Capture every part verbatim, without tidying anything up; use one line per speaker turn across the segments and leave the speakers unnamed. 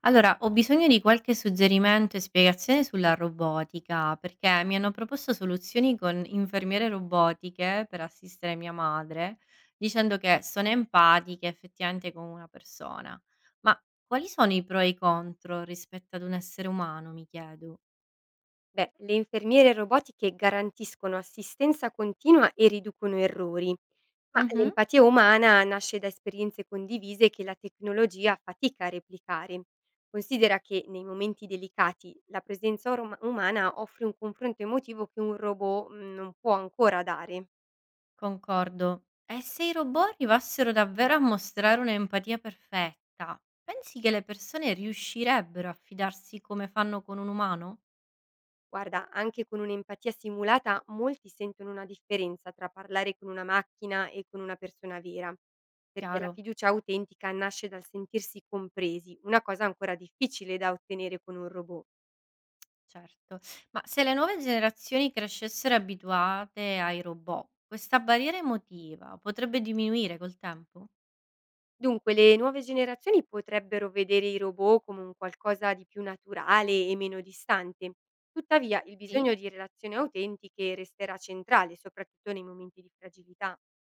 Allora, ho bisogno di qualche suggerimento e spiegazione sulla robotica, perché mi hanno proposto soluzioni con infermiere robotiche per assistere mia madre, dicendo che sono empatiche effettivamente con una persona. Ma quali sono i pro e i contro rispetto ad un essere umano, mi chiedo?
Beh, le infermiere robotiche garantiscono assistenza continua e riducono errori, ma
Mhm,
l'empatia umana nasce da esperienze condivise che la tecnologia fatica a replicare. Considera che nei momenti delicati la presenza orma- umana offre un confronto emotivo che un robot mm, non può ancora dare.
concordo. E se i robot arrivassero davvero a mostrare un'empatia perfetta, pensi che le persone riuscirebbero a fidarsi come fanno con un umano?
Guarda, anche con un'empatia simulata molti sentono una differenza tra parlare con una macchina e con una persona vera, perché la
Chiaro.
fiducia autentica nasce dal sentirsi compresi, una cosa ancora difficile da ottenere con un robot.
Certo, ma se le nuove generazioni crescessero abituate ai robot, questa barriera emotiva potrebbe diminuire col tempo?
Dunque, le nuove generazioni potrebbero vedere i robot come un qualcosa di più naturale e meno distante. Tuttavia, il
Sì,
bisogno di relazioni autentiche resterà centrale, soprattutto nei momenti di fragilità.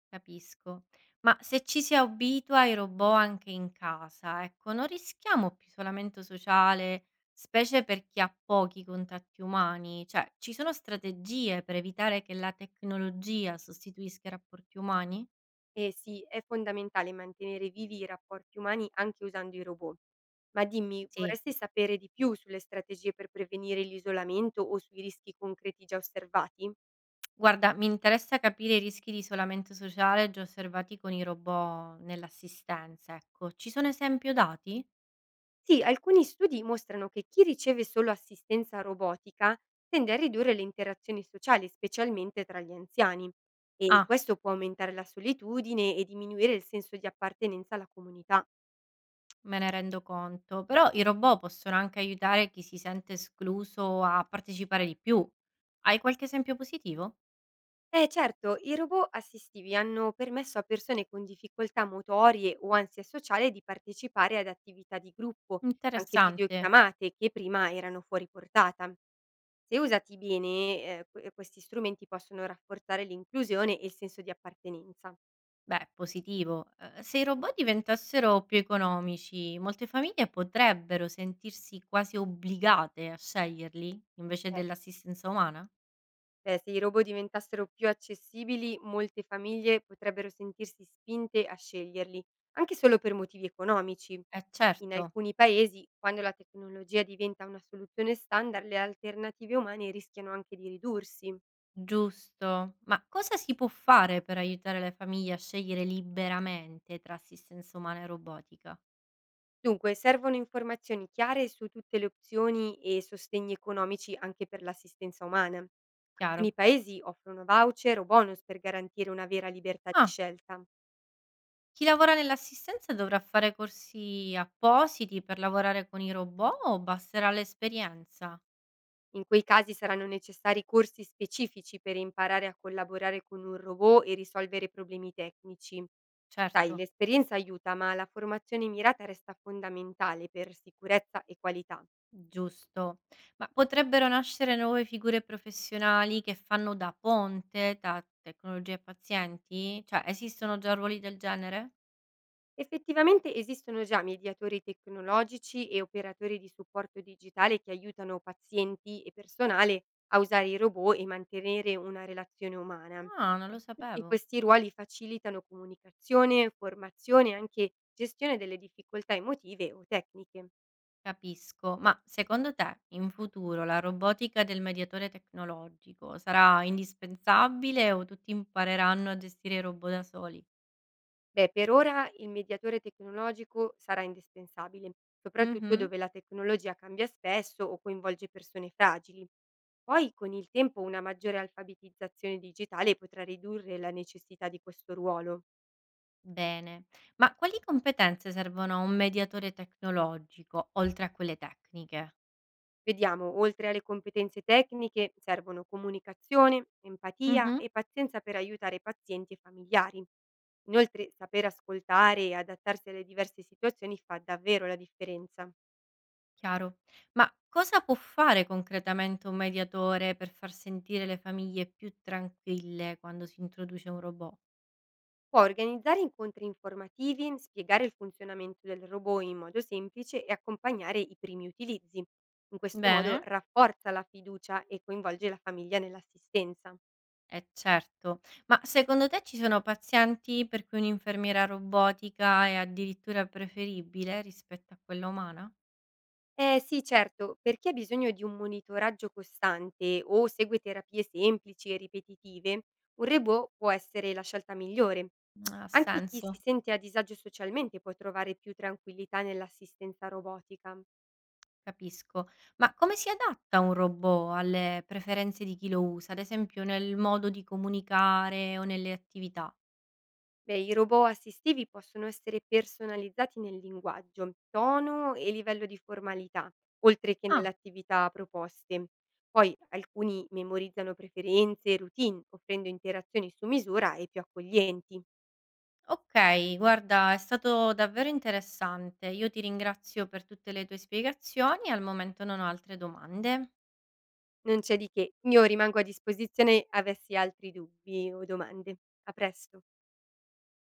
capisco, ma se ci si abitua ai robot anche in casa, ecco, non rischiamo più isolamento sociale, specie per chi ha pochi contatti umani, cioè ci sono strategie per evitare che la tecnologia sostituisca i rapporti umani?
Eh sì, è fondamentale mantenere vivi i rapporti umani anche usando i robot. Ma dimmi,
Sì.
vorresti sapere di più sulle strategie per prevenire l'isolamento o sui rischi concreti già osservati?
Guarda, mi interessa capire i rischi di isolamento sociale già osservati con i robot nell'assistenza, ecco. Ci sono esempio dati?
Sì, alcuni studi mostrano che chi riceve solo assistenza robotica tende a ridurre le interazioni sociali, specialmente tra gli anziani. E
Ah,
questo può aumentare la solitudine e diminuire il senso di appartenenza alla comunità.
me ne rendo conto, però i robot possono anche aiutare chi si sente escluso a partecipare di più. Hai qualche esempio positivo?
Eh certo, i robot assistivi hanno permesso a persone con difficoltà motorie o ansia sociale di partecipare ad attività di gruppo, anche
Interessante.
videochiamate che prima erano fuori portata. Se usati bene, eh, que- questi strumenti possono rafforzare l'inclusione e il senso di appartenenza.
Beh, positivo. Eh, Se i robot diventassero più economici, molte famiglie potrebbero sentirsi quasi obbligate a sceglierli invece dell'assistenza umana?
Beh, se i robot diventassero più accessibili, molte famiglie potrebbero sentirsi spinte a sceglierli, anche solo per motivi economici.
Eh
In
certo.
alcuni paesi, quando la tecnologia diventa una soluzione standard, le alternative umane rischiano anche di ridursi.
Giusto, ma cosa si può fare per aiutare le famiglie a scegliere liberamente tra assistenza umana e robotica?
Dunque, servono informazioni chiare su tutte le opzioni e sostegni economici anche per l'assistenza umana.
Chiaro.
Alcuni paesi offrono voucher o bonus per garantire una vera libertà di
Ah,
scelta.
chi lavora nell'assistenza dovrà fare corsi appositi per lavorare con i robot o basterà l'esperienza?
In quei casi saranno necessari corsi specifici per imparare a collaborare con un robot e risolvere problemi tecnici.
Certo,
Sai, l'esperienza aiuta, ma la formazione mirata resta fondamentale per sicurezza e qualità.
giusto. Ma potrebbero nascere nuove figure professionali che fanno da ponte tra tecnologia e pazienti? Cioè, esistono già ruoli del genere?
Effettivamente esistono già mediatori tecnologici e operatori di supporto digitale che aiutano pazienti e personale a usare i robot e mantenere una relazione umana.
Ah, non lo
Tutti
sapevo.
questi ruoli facilitano comunicazione, formazione e anche gestione delle difficoltà emotive o tecniche.
Capisco, ma secondo te in futuro la robotica del mediatore tecnologico sarà indispensabile o tutti impareranno a gestire i robot da soli?
Beh, per ora il mediatore tecnologico sarà indispensabile, soprattutto
Mhm.
dove la tecnologia cambia spesso o coinvolge persone fragili. Poi con il tempo una maggiore alfabetizzazione digitale potrà ridurre la necessità di questo ruolo.
Bene, ma quali competenze servono a un mediatore tecnologico oltre a quelle tecniche?
Vediamo, oltre alle competenze tecniche, servono comunicazione, empatia
Mhm.
e pazienza per aiutare i pazienti e i familiari. Inoltre, saper ascoltare e adattarsi alle diverse situazioni fa davvero la differenza.
Chiaro, ma cosa può fare concretamente un mediatore per far sentire le famiglie più tranquille quando si introduce un robot?
Può organizzare incontri informativi, spiegare il funzionamento del robot in modo semplice e accompagnare i primi utilizzi. In questo modo
Bene.
rafforza la fiducia e coinvolge la famiglia nell'assistenza.
Eh certo, ma secondo te ci sono pazienti per cui un'infermiera robotica è addirittura preferibile rispetto a quella umana?
Eh sì, certo, per chi ha bisogno di un monitoraggio costante o segue terapie semplici e ripetitive, un robot può essere la scelta migliore.
Mhmm, ha
Anche chi
senso,
si sente a disagio socialmente può trovare più tranquillità nell'assistenza robotica.
capisco. Ma come si adatta un robot alle preferenze di chi lo usa, ad esempio nel modo di comunicare o nelle attività?
Beh, i robot assistivi possono essere personalizzati nel linguaggio, tono e livello di formalità, oltre che nelle
Ah,
attività proposte. Poi alcuni memorizzano preferenze e routine, offrendo interazioni su misura e più accoglienti.
ok, guarda, è stato davvero interessante. Io ti ringrazio per tutte le tue spiegazioni, al momento non ho altre domande.
Non c'è di che, io rimango a disposizione avessi altri dubbi o domande. A presto.